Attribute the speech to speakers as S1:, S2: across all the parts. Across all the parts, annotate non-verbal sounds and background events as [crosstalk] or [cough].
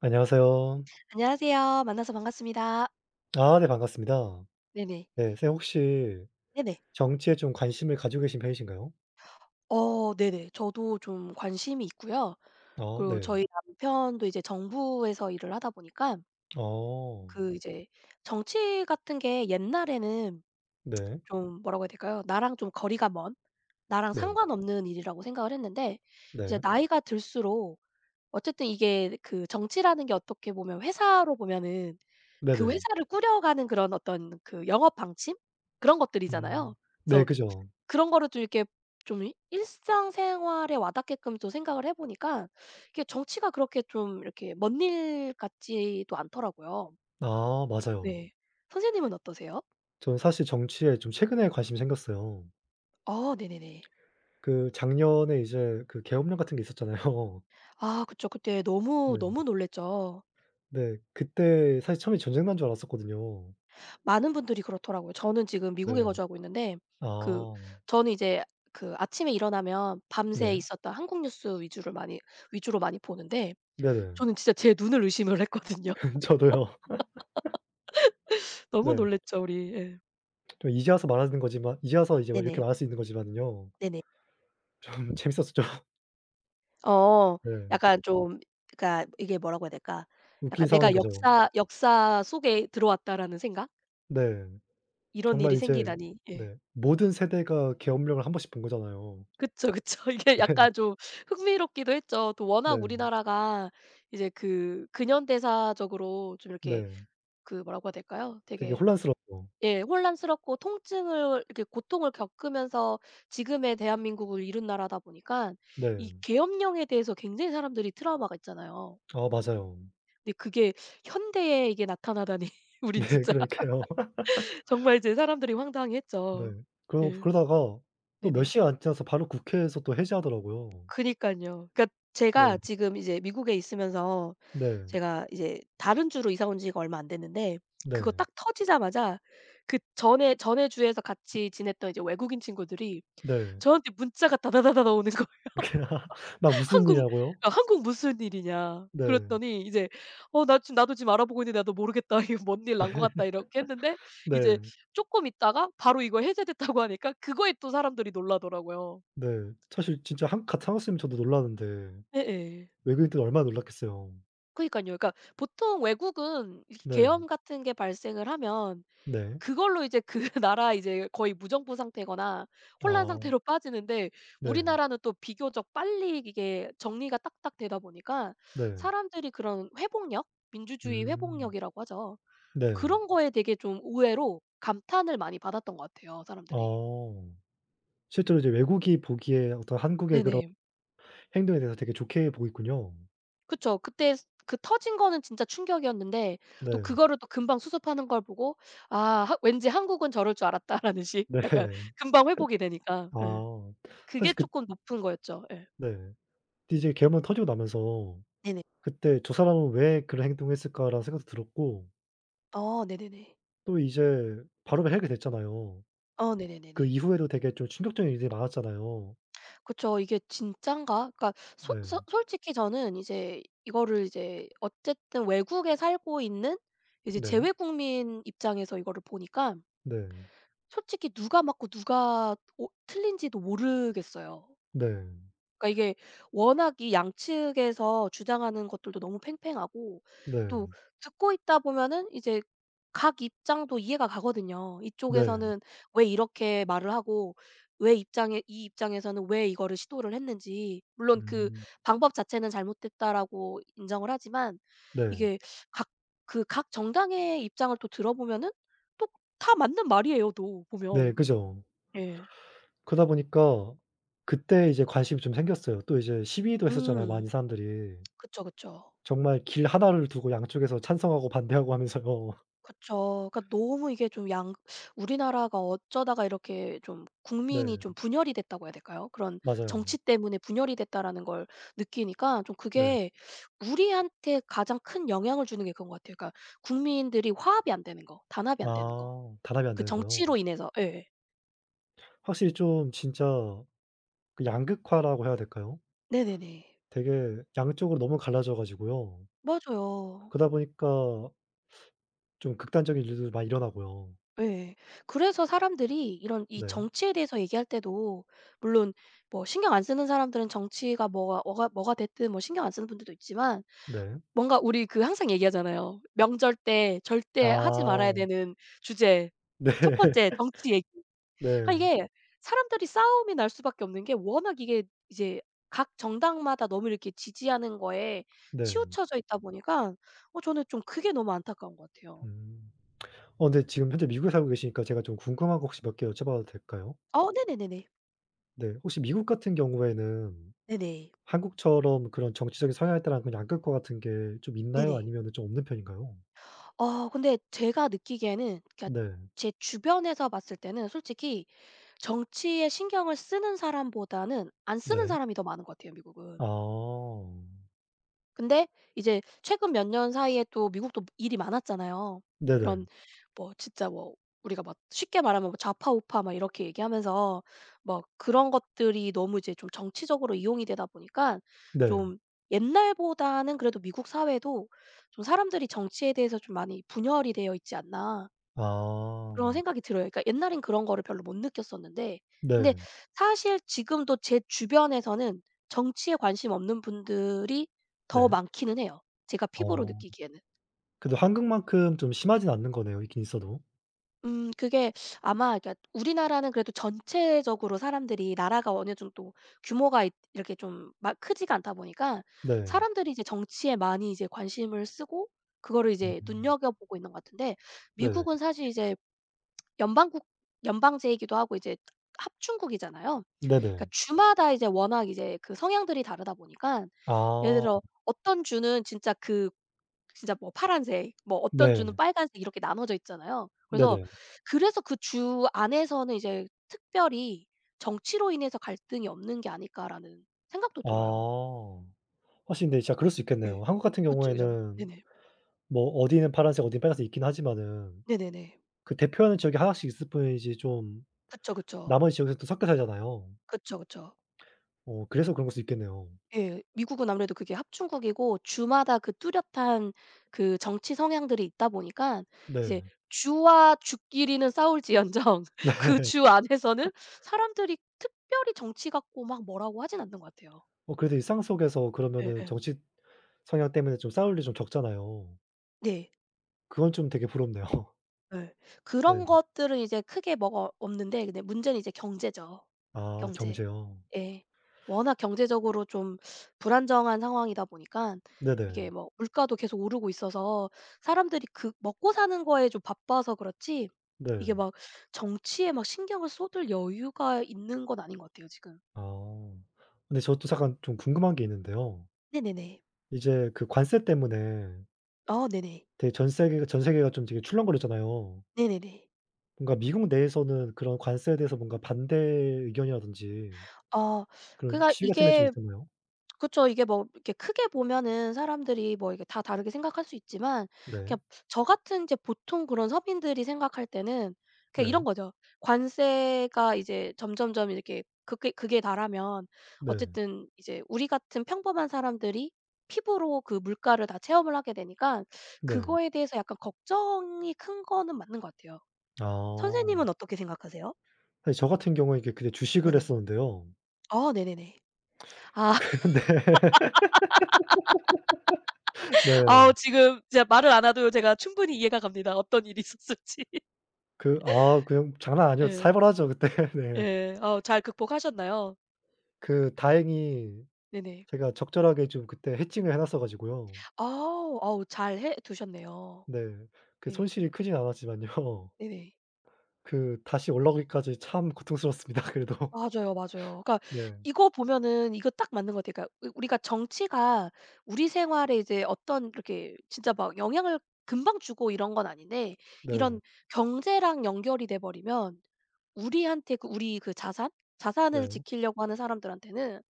S1: 안녕하세요.
S2: 안녕하세요. 만나서 반갑습니다.
S1: 아 네 반갑습니다.
S2: 네네.
S1: 네 선생님 혹시
S2: 네네.
S1: 정치에 좀 관심을 가지고 계신 편이신가요?
S2: 네네. 저도 좀 관심이 있고요.
S1: 아
S2: 그리고
S1: 네.
S2: 저희 남편도 이제 정부에서 일을 하다 보니까
S1: 어.
S2: 그 이제 정치 같은 게 옛날에는
S1: 네.
S2: 좀 뭐라고 해야 될까요? 나랑 좀 거리가 먼 나랑
S1: 네.
S2: 상관없는 일이라고 생각을 했는데 이제
S1: 네.
S2: 나이가 들수록 어쨌든 이게 그 정치라는 게 어떻게 보면 회사로 보면은 그
S1: 네네.
S2: 회사를 꾸려가는 그런 어떤 그 영업 방침 그런
S1: 음.
S2: 것들이잖아요.
S1: 네
S2: 그래서
S1: 그죠.
S2: 그런 거를 좀 이렇게 좀 일상생활에 와 닿게끔 또 생각을 해 보니까 이게 정치가 그렇게 좀 이렇게 먼 일 같지도 않더라고요.
S1: 아 맞아요.
S2: 네. 선생님은 어떠세요?
S1: 저는 사실 정치에 좀 최근에 관심이 생겼어요.
S2: 아 네네네.
S1: 그 작년에 이제 그 계엄령 같은 게 있었잖아요. [laughs]
S2: 아 그쵸. 그때
S1: 네.
S2: 너무, 너무 놀랐죠.
S1: 네. 그때 사실 처음에 전쟁 난 줄 알았었거든요.
S2: 많은 분들이 그렇더라고요. 저는 지금 미국에
S1: 네.
S2: 거주하고 있는데 그
S1: 아.
S2: 저는 이제 그 아침에 일어나면 밤새
S1: 네.
S2: 있었던 한국 뉴스 위주를 많이 위주로 많이 보는데
S1: 네네.
S2: 저는 진짜 제 눈을 의심을 했거든요.
S1: [laughs]
S2: [laughs]
S1: 저도요.
S2: 너무
S1: 네.
S2: 놀랐죠 우리. 예.
S1: 좀 이제 와서 말하는 거지만 이제 와서 이제 막 이렇게
S2: 네네.
S1: 말할 수 있는 거지만요.
S2: 네네.
S1: 좀 [laughs] 재밌었었죠.
S2: 어.
S1: 네.
S2: 약간 좀 그러니까 이게 뭐라고 해야 될까?
S1: 웃긴
S2: 약간
S1: 상황인
S2: '내가
S1: 거죠.
S2: 역사 속에 들어왔다.'라는 생각?
S1: 네.
S2: 이런 일이
S1: 정말 이제
S2: 생기다니. 예.
S1: 네 모든 세대가 계엄령을 한 번씩 본 거잖아요.
S2: 그쵸, [laughs] 그쵸. 이게
S1: [laughs]
S2: 약간 좀 흥미롭기도 했죠. 또 워낙
S1: 네.
S2: 우리나라가 이제 그 근현대사적으로 좀
S1: 네.
S2: 이렇게
S1: 네.
S2: 그 뭐라고 해야 될까요?
S1: 되게
S2: 되게
S1: 혼란스럽죠.
S2: 예 혼란스럽고 통증을 이렇게 고통을 겪으면서 지금의 대한민국을 이룬 나라다 보니까
S1: 네.
S2: 이 계엄령에 대해서 굉장히 사람들이 트라우마가 있잖아요.
S1: 아 맞아요. [laughs]
S2: 근데 그게 현대에 이게 나타나다니 [laughs] 우린
S1: 네
S2: 진짜
S1: 그러니까요.
S2: [laughs] 정말 이제 사람들이
S1: 네.
S2: 황당했죠.
S1: 그러
S2: 예.
S1: 그러다가 또 몇
S2: 네네.
S1: 시간 안 지나서 바로 국회에서 또 해제하더라고요.
S2: 그니까요 그러니까
S1: 네.
S2: 제가 지금 이제 미국에 있으면서
S1: 네.
S2: 제가 이제 다른 주로 이사 온 지가 얼마 안 됐는데 그거
S1: 네.
S2: 딱 터지자마자 그 전에 주에서 같이 지냈던 이제 외국인 친구들이
S1: 네.
S2: 저한테 문자가 다다다다나 오는 거
S1: [laughs] 막 무슨
S2: 한국
S1: 일이라고요?
S2: 어 "한국 무슨 일이냐."
S1: 네.
S2: 그랬더니 이제 "어 나 지금 나도 지금 알아보고 있는데 나도 모르겠다. 이거 뭔 일 난 것 같다." 이렇게 했는데
S1: 네.
S2: 이제 쪼끔 있다가 바로 이거 해제됐다고 하니까 그거에 또 사람들이 놀라더라고요.
S1: 네. 사실 진짜 한 같은 한국사람이면 저도 놀라는데
S2: 예예.
S1: 외국인들은 얼마나 놀랐겠어요.
S2: 그니깐요. 그러니까 보통 외국은 이렇게
S1: 네.
S2: 계엄 같은 게 발생을 하면
S1: 네.
S2: 그걸로 이제 그 [laughs] 나라 이제 거의 무정부 상태거나 혼란
S1: 아.
S2: 상태로 빠지는데
S1: 네.
S2: 우리나라는 또 비교적 빨리 이게 정리가 딱딱 되다 보니까
S1: 네.
S2: 사람들이 그런 회복력? 민주주의
S1: 음.
S2: 회복력이라고 하죠.
S1: 네.
S2: 그런 거에 되게 좀 의외로 감탄을 많이 받았던 것 같아요, 사람들이.
S1: 어. 실제로 이제 외국이 보기에 어떤 한국의 그런
S2: 네네.
S1: 행동에 대해서 되게 좋게 보고 있군요.
S2: 그쵸. 그때 그 터진 거는 진짜 충격이었는데 또
S1: 네.
S2: 그거를 또 금방 수습하는 걸 보고 '아 하 왠지 한국은 저럴 줄 알았다.'라는
S1: [laughs]
S2: 식.
S1: 네.
S2: 약간 금방 회복이 되니까. 예.
S1: 아.
S2: 그게
S1: 사실 그
S2: 조금 높은 거였죠. 예.
S1: 네. 이제 계엄령 터지고 나면서
S2: 네네.
S1: 그때 '저 사람은 왜 그런 행동을 했을까.'라는 생각도 들었고
S2: 어 네네네.
S1: 또 이제 바로 해결이 됐잖아요.
S2: 어
S1: 그
S2: 네네네네.
S1: 이후에도 되게 좀 충격적인 일들이 많았잖아요.
S2: 그쵸. 이게 진짠가? 그러니까 솔
S1: 네.
S2: 솔 솔직히 저는 이제 이거를 이제 어쨌든 외국에 살고 있는 이제
S1: 네.
S2: 재외국민 입장에서 이거를 보니까
S1: 네.
S2: 솔직히 누가 맞고 누가 오 틀린지도 모르겠어요.
S1: 네.
S2: 그러니까 이게 워낙 이 양측에서 주장하는 것들도 너무 팽팽하고 또
S1: 네.
S2: 듣고 있다 보면은 이제 각 입장도 이해가 가거든요.
S1: 네.
S2: 이쪽에서는 왜 이렇게 말을 하고 왜 입장에 이 입장에서는 왜 이거를 시도를 했는지 물론 그
S1: 음.
S2: 방법 자체는 잘못됐다라고 인정을 하지만
S1: 네.
S2: 이게 각 그 각 정당의 입장을 또 들어보면은 또 다 맞는 말이에요 또
S1: 네.
S2: 보면.
S1: 그죠.
S2: 예.
S1: 그러다 보니까 그때 이제 관심이 좀 생겼어요. 또 이제 시위도 했었잖아요, 많이
S2: 음.
S1: 사람들이.
S2: 그쵸, 그쵸.
S1: 정말 길 하나를 두고 양쪽에서 찬성하고 반대하고 하면서요. [laughs]
S2: 그쵸. 그러니까 너무 이게 좀 양 우리나라가 어쩌다가 이렇게 좀
S1: 네.
S2: 국민이 좀 분열이 됐다고 해야 될까요? 그런
S1: 맞아요.
S2: '정치 때문에 분열이 됐다.'라는 걸 느끼니까 좀
S1: 네.
S2: 그게 우리한테 가장 큰 영향을 주는 게 그런 것 같아요. 그러니까 국민들이 화합이 안 되는 거, 단합이 안 되는 거.
S1: 아 단합이 안
S2: 그
S1: 되는 거요.
S2: 정치로 인해서 예.
S1: 확실히 좀 진짜 그 양극화라고 해야 될까요?
S2: 네네네.
S1: 되게 양쪽으로 너무 갈라져 가지고요.
S2: 맞아요.
S1: 그러다 보니까 좀 극단적인 일들도 많이 일어나고요.
S2: 예. 그래서 사람들이 이런 이
S1: 네.
S2: 정치에 대해서 얘기할 때도 물론 뭐 신경 안 쓰는 사람들은 정치가 뭐가 됐든 뭐 신경 안 쓰는 분들도 있지만
S1: 네.
S2: 뭔가 우리 그 항상 얘기하잖아요. 명절 때 절대 하지
S1: 아.
S2: 말아야 되는 주제.
S1: [laughs] 네.
S2: 첫 번째 정치 얘기. 그러니까
S1: 네.
S2: 이게 사람들이 싸움이 날 수밖에 없는 게 워낙 이게 이제 각 정당마다 너무 이렇게 지지하는 거에
S1: 네.
S2: 치우쳐져 있다 보니까 어 저는 좀 그게 너무 안타까운 것 같아요.
S1: 음. 어 근데 지금 현재 미국에 살고 계시니까 제가 좀 궁금한 거 혹시 몇 개 여쭤봐도 될까요?
S2: 어 네네네네.
S1: 네. 혹시 미국 같은 경우에는
S2: 네네.
S1: 한국처럼 그런 정치적인 성향에 따라 그냥 안 끌 것 같은 게 좀 있나요?
S2: 네네.
S1: 아니면은 좀 없는 편인가요?
S2: 어 근데 제가 느끼기에는 그러니까
S1: 네.
S2: 제 주변에서 봤을 때는 솔직히 정치에 신경을 쓰는 사람보다는 안 쓰는
S1: 네.
S2: 사람이 더 많은 것 같아요, 미국은.
S1: 아.
S2: 근데 이제 최근 몇 년 사이에 또 미국도 일이 많았잖아요.
S1: 네네.
S2: 그런 뭐 진짜 뭐 우리가 막 쉽게 말하면 뭐 좌파 우파 막 이렇게 얘기하면서 막 그런 것들이 너무 이제 좀 정치적으로 이용이 되다 보니까
S1: 네.
S2: 좀 옛날보다는 그래도 미국 사회도 좀 사람들이 정치에 대해서 좀 많이 분열이 되어 있지 않나. 그런
S1: 아.
S2: 생각이 들어요. 그러니까 옛날엔 그런 거를 별로 못 느꼈었는데 근데
S1: 네.
S2: 사실 지금도 제 주변에서는 정치에 관심 없는 분들이 더
S1: 네.
S2: 많기는 해요, 제가 피부로
S1: 어.
S2: 느끼기에는.
S1: 그래도 한국만큼 좀 심하진 않는 거네요, 있긴 있어도.
S2: 그게 아마 그러니까 우리나라는 그래도 전체적으로 사람들이 나라가 어느 정도 규모가 있 이렇게 좀 막 크지가 않다 보니까
S1: 네.
S2: 사람들이 이제 정치에 많이 이제 관심을 쓰고 그거를 이제
S1: 음.
S2: 눈여겨보고 있는 것 같은데
S1: 네네.
S2: 미국은 사실 이제 연방국 연방제이기도 하고 이제 합중국이잖아요. 그러니까
S1: 네네.
S2: 주마다 이제 워낙 이제 그 성향들이 다르다 보니까 예를
S1: 아.
S2: 들어 어떤 주는 진짜 뭐 파란색 뭐 어떤 주는
S1: 네.
S2: 빨간색 이렇게 나눠져 있잖아요.
S1: 네네.
S2: 그래서 그 주 안에서는 이제 특별히 '정치로 인해서 갈등이 없는 게 아닐까.'라는 생각도 들어요.
S1: 아. 사실 근데 진짜 그럴 수
S2: 예.
S1: 있겠네요. 한국 같은
S2: 그쵸, 그죠.
S1: 경우에는
S2: 네네.
S1: 뭐 어디는 파란색 어디는 빨간색 있긴 하지만은
S2: 네네네.
S1: 그 대표하는 지역이 하나씩 있을 뿐이지 좀
S2: 그쵸, 그쵸.
S1: 나머지 지역에서 또 섞여 살잖아요.
S2: 그쵸, 그쵸.
S1: 어 그래서 그런 걸 수 있겠네요.
S2: 예. 미국은 아무래도 그게 합중국이고 주마다 그 뚜렷한 그 정치 성향들이 있다 보니까 이제
S1: 네.
S2: 주와 주끼리는 싸울지언정 [laughs] 그
S1: [laughs] 네.
S2: 주 안에서는 사람들이 특별히 정치 갖고 막 뭐라고 하진 않는 것 같아요.
S1: 어 그래도 일상 속에서 그러면은
S2: 예예.
S1: 정치 성향 때문에 좀 싸울 일이 좀 적잖아요.
S2: 네.
S1: 그건 좀 되게 부럽네요. [laughs]
S2: 예.
S1: 네.
S2: 그런 것들은 이제 크게 뭐가 없는데 근데 문제는 이제 경제죠.
S1: 아
S2: 경제.
S1: 경제요.
S2: 예. 워낙 경제적으로 좀 불안정한 상황이다 보니까
S1: 네네.
S2: 이게 뭐 물가도 계속 오르고 있어서 사람들이 그 먹고 사는 거에 좀 바빠서 그렇지
S1: 네.
S2: 이게 막 정치에 막 신경을 쏟을 여유가 있는 건 아닌 것 같아요 지금.
S1: 아. 근데 저도 잠깐 좀 궁금한 게 있는데요.
S2: 네네네.
S1: 이제 그 관세 때문에
S2: 아 네네.
S1: 되게 전 세계가 좀 되게 출렁거렸잖아요.
S2: 네네네.
S1: 뭔가 미국 내에서는 그런 관세에 대해서 뭔가 반대 의견이라든지
S2: 아
S1: 그런
S2: 그러니까
S1: 시위 같은 게 좀
S2: 이게
S1: 있었나요?
S2: 그쵸. 이게 뭐 이렇게 크게 보면은 사람들이 뭐 이게 다 다르게 생각할 수 있지만
S1: 네.
S2: 그냥 저 같은 이제 보통 그런 서민들이 생각할 때는 그냥 이런
S1: 네.
S2: 거죠. 관세가 이제 점점점 이렇게 그게 달하면
S1: 네.
S2: 어쨌든 이제 우리 같은 평범한 사람들이 피부로 그 물가를 다 체험을 하게 되니까
S1: 네.
S2: 그거에 대해서 약간 걱정이 큰 거는 맞는 것 같아요.
S1: 아.
S2: 선생님은 어떻게 생각하세요?
S1: 사실 저 같은 경우에 이게 그때 주식을
S2: 네네.
S1: 했었는데요.
S2: 아 네네네.
S1: [laughs]
S2: 아.
S1: 근데 네.
S2: 아우
S1: 네.
S2: 지금 진짜 말을 안 해도 제가 충분히 이해가 갑니다. 어떤 일이 있었을지.
S1: 그 아 그냥 장난 아니었
S2: 예.
S1: 살벌하죠 그때. [laughs]
S2: [laughs]
S1: 네.
S2: 예. 어 잘 극복하셨나요?
S1: 그 다행히
S2: 네네.
S1: 제가 적절하게 좀 그때 해칭을 해 놨어 가지고요.
S2: 아. 어우 잘 해 두셨네요.
S1: 네. 그
S2: 예.
S1: 손실이 크진 않았지만요. [laughs]
S2: 네네.
S1: 그 다시 올라오기까지 참 고통스러웠습니다 그래도. [laughs]
S2: 맞아요, 맞아요. 그러니까
S1: 네.
S2: 이거 보면은 이거 딱 맞는 것 같아요. 그러니까 우리가 정치가 우리 생활에 이제 어떤 이렇게 진짜 막 영향을 금방 주고 이런 건 아닌데
S1: 네.
S2: 이런 경제랑 연결이 돼 버리면 우리한테 그 우리 그 자산?
S1: 네.
S2: 자산을 지키려고 하는 사람들한테는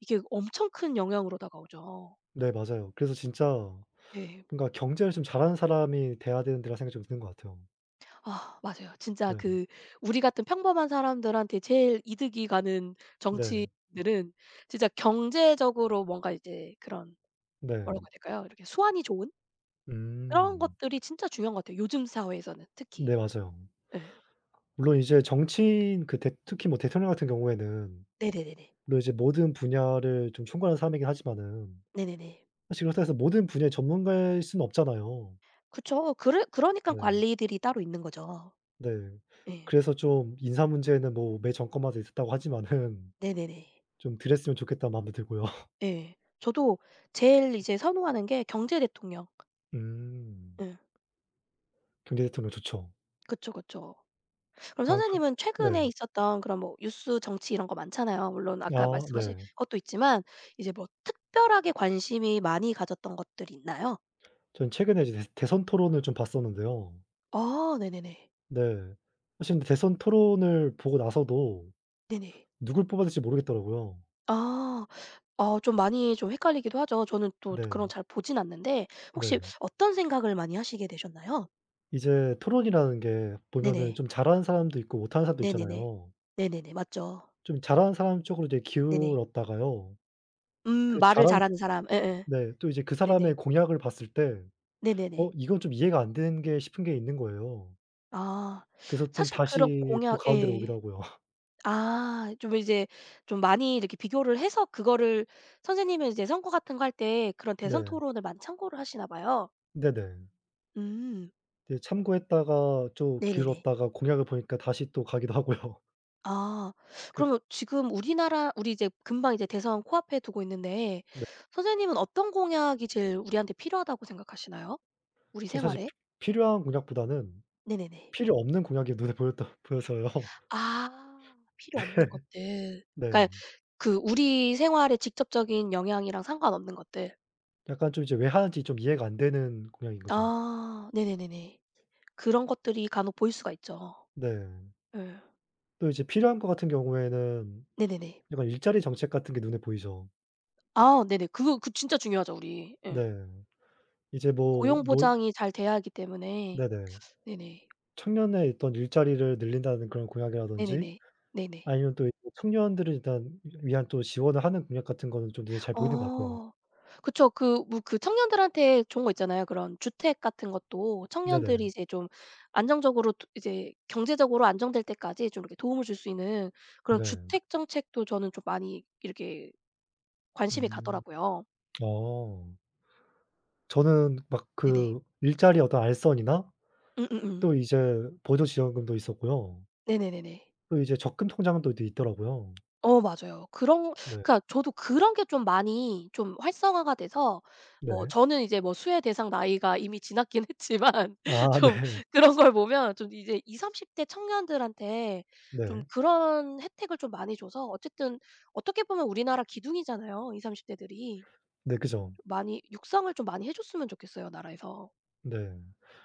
S2: 이게 엄청 큰 영향으로 다가오죠.
S1: 네 맞아요. 그래서 진짜
S2: 네.
S1: 그러니까 경제를 좀 잘하는 사람이 돼야 되는 데라는 생각이 좀 드는 것 같아요.
S2: 아 맞아요. 진짜
S1: 네.
S2: 그 우리 같은 평범한 사람들한테 제일 이득이 가는 정치
S1: 네.
S2: 들은 진짜 경제적으로 뭔가 이제 그런
S1: 네.
S2: 뭐라고 해야 될까요? 이렇게 수완이 좋은 그런
S1: 음.
S2: 것들이 진짜 중요한 것 같아요, 요즘 사회에서는 특히.
S1: 네 맞아요.
S2: 예.
S1: 물론 이제 정치인 그 대 특히 뭐 대통령 같은 경우에는
S2: 네네네네.
S1: 물론 이제 모든 분야를 좀 총괄하는 사람이긴 하지만은
S2: 네네네.
S1: 사실 그렇다고 해서 모든 분야의 전문가일 수는 없잖아요.
S2: 그쵸. 그래 그러니깐
S1: 네.
S2: 관리들이 따로 있는 거죠.
S1: 네.
S2: 예.
S1: 그래서 좀 인사 문제는 뭐 매 정권마다 있었다고 하지만은 [laughs]
S2: 네네네.
S1: 좀 덜 했으면 좋겠다는 마음도 들고요. [laughs]
S2: 예. 저도 제일 이제 선호하는 게 경제 대통령.
S1: 음.
S2: 예.
S1: 경제 대통령 좋죠.
S2: 그쵸, 그쵸. 그럼
S1: 아 한
S2: 선생님은
S1: 네.
S2: 최근에 있었던 그런 뭐 뉴스 정치 이런 거 많잖아요. 물론 아까
S1: 아
S2: 말씀하신
S1: 네.
S2: 것도 있지만 이제 뭐 특별하게 관심이 많이 가졌던 것들이 있나요?
S1: 전 최근에 이제 대 대선 토론을 좀 봤었는데요.
S2: 아 네네네.
S1: 네. 사실 근데 대선 토론을 보고 나서도
S2: 네네.
S1: 누굴 뽑아야 될지 모르겠더라고요.
S2: 아. 아 좀 많이 좀 헷갈리기도 하죠. 저는 또 그런
S1: 네.
S2: 잘 보진 않는데 혹시
S1: 네.
S2: 어떤 생각을 많이 하시게 되셨나요?
S1: 이제 토론이라는 게 보면은
S2: 네네.
S1: 좀 잘하는 사람도 있고 못하는 사람도
S2: 네네네.
S1: 있잖아요.
S2: 네네네. 맞죠.
S1: 좀 잘하는 사람 쪽으로 이제
S2: 네네.
S1: 기울었다가요. 그
S2: 말을
S1: 잘한
S2: 잘하는 사람. 예예.
S1: 네 또 이제 그
S2: 네네.
S1: 사람의 공약을 봤을 때 '어
S2: 네네네.
S1: 이건 좀 이해가 안 되는 게' 싶은 게 있는 거예요.
S2: 아
S1: 그래서 좀
S2: 사실 그런
S1: 다시 또
S2: 공약
S1: 가운데로
S2: 예.
S1: 오기도 하고요. [laughs]
S2: 아 좀 이제 좀 많이 이렇게 비교를 해서 그거를 선생님은 이제 선거 같은 거 할 때 그런 대선
S1: 네.
S2: 토론을 많이 참고를 하시나 봐요.
S1: 네네.
S2: 음.
S1: 네 참고했다가 좀
S2: 네네네.
S1: 길었다가 공약을 보니까 다시 또 가기도 하고요. [laughs]
S2: 아.
S1: 그래서
S2: 그러면 지금 우리나라 우리 이제 금방 이제 대선 코앞에 두고 있는데
S1: 네.
S2: 선생님은 어떤 공약이 제일 우리한테 필요하다고 생각하시나요? 우리
S1: 저 사실
S2: 생활에?
S1: 피 필요한 공약보다는
S2: 네네네.
S1: 필요 없는 공약이 눈에 보였다 보여서요. [laughs]
S2: 아. 필요 없는 것들. 그러니까
S1: 네.
S2: 그 우리 생활에 직접적인 영향이랑 상관없는 것들.
S1: 약간 좀 이제 왜 하는지 좀 이해가 안 되는 공약인 거죠.
S2: 아. 네네네네. 그런 것들이 간혹 보일 수가 있죠.
S1: 네.
S2: 예.
S1: 또 이제 필요한 거 같은 경우에는
S2: 네네네.
S1: 약간 일자리 정책 같은 게 눈에 보이죠.
S2: 아 네네. 그거 그 진짜 중요하죠 우리. 예.
S1: 네. 이제 뭐
S2: 고용
S1: 노
S2: 보장이 잘 돼야 하기 때문에.
S1: 네네.
S2: 네네.
S1: 청년의 어떤 일자리를 늘린다는 그런 공약이라든지
S2: 네네네. 네네.
S1: 아니면 또 이 청년들을 일단 위한 또 지원을 하는 공약 같은 거는 좀 눈에 잘 보이는 것 같아요.
S2: 어. 그쵸. 그 뭐 그 청년들한테 좋은 거 있잖아요. 그런 주택 같은 것도 청년들이
S1: 네네.
S2: 이제 좀 안정적으로 도 이제 경제적으로 안정될 때까지 좀 이렇게 도움을 줄 수 있는 그런
S1: 네.
S2: 주택 정책도 저는 좀 많이 이렇게 관심이
S1: 음.
S2: 가더라고요.
S1: 어. 저는 막
S2: 네네.
S1: 그 일자리 어떤 알선이나
S2: 음음음.
S1: 또 이제 보조 지원금도 있었고요.
S2: 네네네네.
S1: 또 이제 적금 통장도 또 있더라고요.
S2: 어 맞아요. 그런
S1: 네.
S2: 그러니까 저도 그런 게 좀 많이 좀 활성화가 돼서 뭐
S1: 네.
S2: 저는 이제 뭐 수혜 대상 나이가 이미 지났긴 했지만 [laughs]
S1: 아
S2: 좀
S1: 네.
S2: 그런 걸 보면 좀 이제 20-30대 청년들한테 좀
S1: 네.
S2: 그런 혜택을 좀 많이 줘서 어쨌든 어떻게 보면 우리나라 기둥이잖아요, 20-30 대들이.
S1: 네 그죠.
S2: 많이 육성을 좀 많이 해 줬으면 좋겠어요, 나라에서.
S1: 네.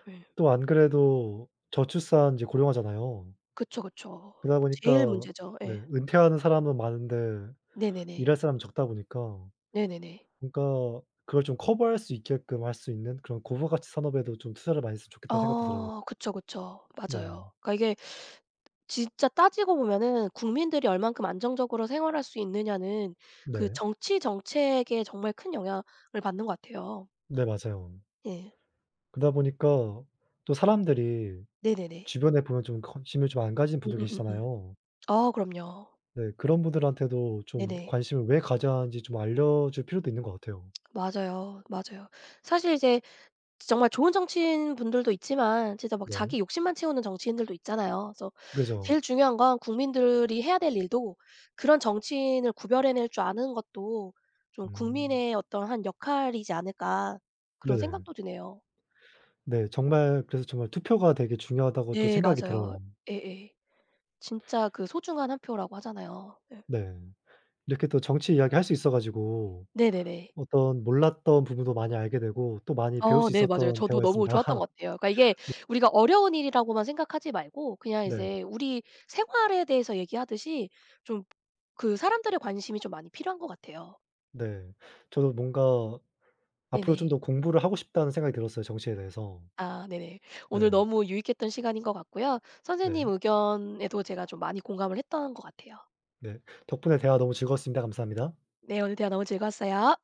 S2: 예.
S1: 또 안 그래도 저출산 이제 고령화잖아요.
S2: 그쵸, 그쵸.
S1: 그러다
S2: 제일
S1: 보니까
S2: 문제죠.
S1: 네
S2: 예.
S1: 은퇴하는 사람은 많은데
S2: 네네네.
S1: 일할 사람은 적다 보니까
S2: 네네네.
S1: 뭔가 그걸 좀 커버할 수 있게끔 할 수 있는 그런 고부가치 산업에도 좀 투자를 많이 했으면 좋겠다는 생각도 들어요.
S2: 어 그쵸, 그쵸.
S1: 네.
S2: 맞아요. 그러니까 이게 진짜 따지고 보면은 국민들이 얼만큼 안정적으로 생활할 수 있느냐는 그
S1: 네.
S2: 정치 정책에 정말 큰 영향을 받는 것 같아요.
S1: 네 맞아요.
S2: 예.
S1: 그러다 보니까 또 사람들이
S2: 네네네.
S1: 주변에 보면 좀 관심을 좀 안 가진 분들
S2: 음음음음.
S1: 계시잖아요.
S2: 아 그럼요.
S1: 네 그런 분들한테도 좀
S2: 네네.
S1: 관심을 왜 가져야 하는지 좀 알려줄 필요도 있는 것 같아요.
S2: 맞아요, 맞아요. 사실 이제 정말 좋은 정치인분들도 있지만 진짜 막
S1: 네.
S2: 자기 욕심만 채우는 정치인들도 있잖아요. 그래서
S1: 그죠.
S2: 제일 중요한 건 국민들이 해야 될 일도 그런 정치인을 구별해낼 줄 아는 것도 좀
S1: 음.
S2: 국민의 어떤 한 역할이지 않을까 그런
S1: 네네.
S2: 생각도 드네요.
S1: 네 정말 그래서 정말 투표가 되게 중요하다고 또
S2: 네
S1: 생각이
S2: 맞아요.
S1: 들어요.
S2: 예예. 진짜 그 소중한 한 표라고 하잖아요. 예.
S1: 네. 이렇게 또 정치 이야기할 수 있어 가지고
S2: 네네네.
S1: 어떤 몰랐던 부분도 많이 알게 되고 또 많이 배울
S2: 어
S1: 수
S2: 네 맞아요.
S1: 있었던
S2: 저도 너무
S1: 대화였습니다.
S2: 좋았던
S1: [laughs]
S2: 것 같아요. 그러니까 이게 우리가 어려운 일이라고만 생각하지 말고 그냥
S1: 네.
S2: 이제 우리 생활에 대해서 얘기하듯이 좀 그 사람들의 관심이 좀 많이 필요한 것 같아요.
S1: 네. 저도 뭔가 앞으로 좀
S2: 네네.
S1: 더 공부를 하고 싶다는 생각이 들었어요 정치에 대해서.
S2: 아 네네. 오늘
S1: 네.
S2: 너무 유익했던 시간인 것 같고요. 선생님
S1: 네.
S2: 의견에도 제가 좀 많이 공감을 했던 것 같아요.
S1: 네. 덕분에 대화 너무 즐거웠습니다. 감사합니다.
S2: 네 오늘 대화 너무 즐거웠어요.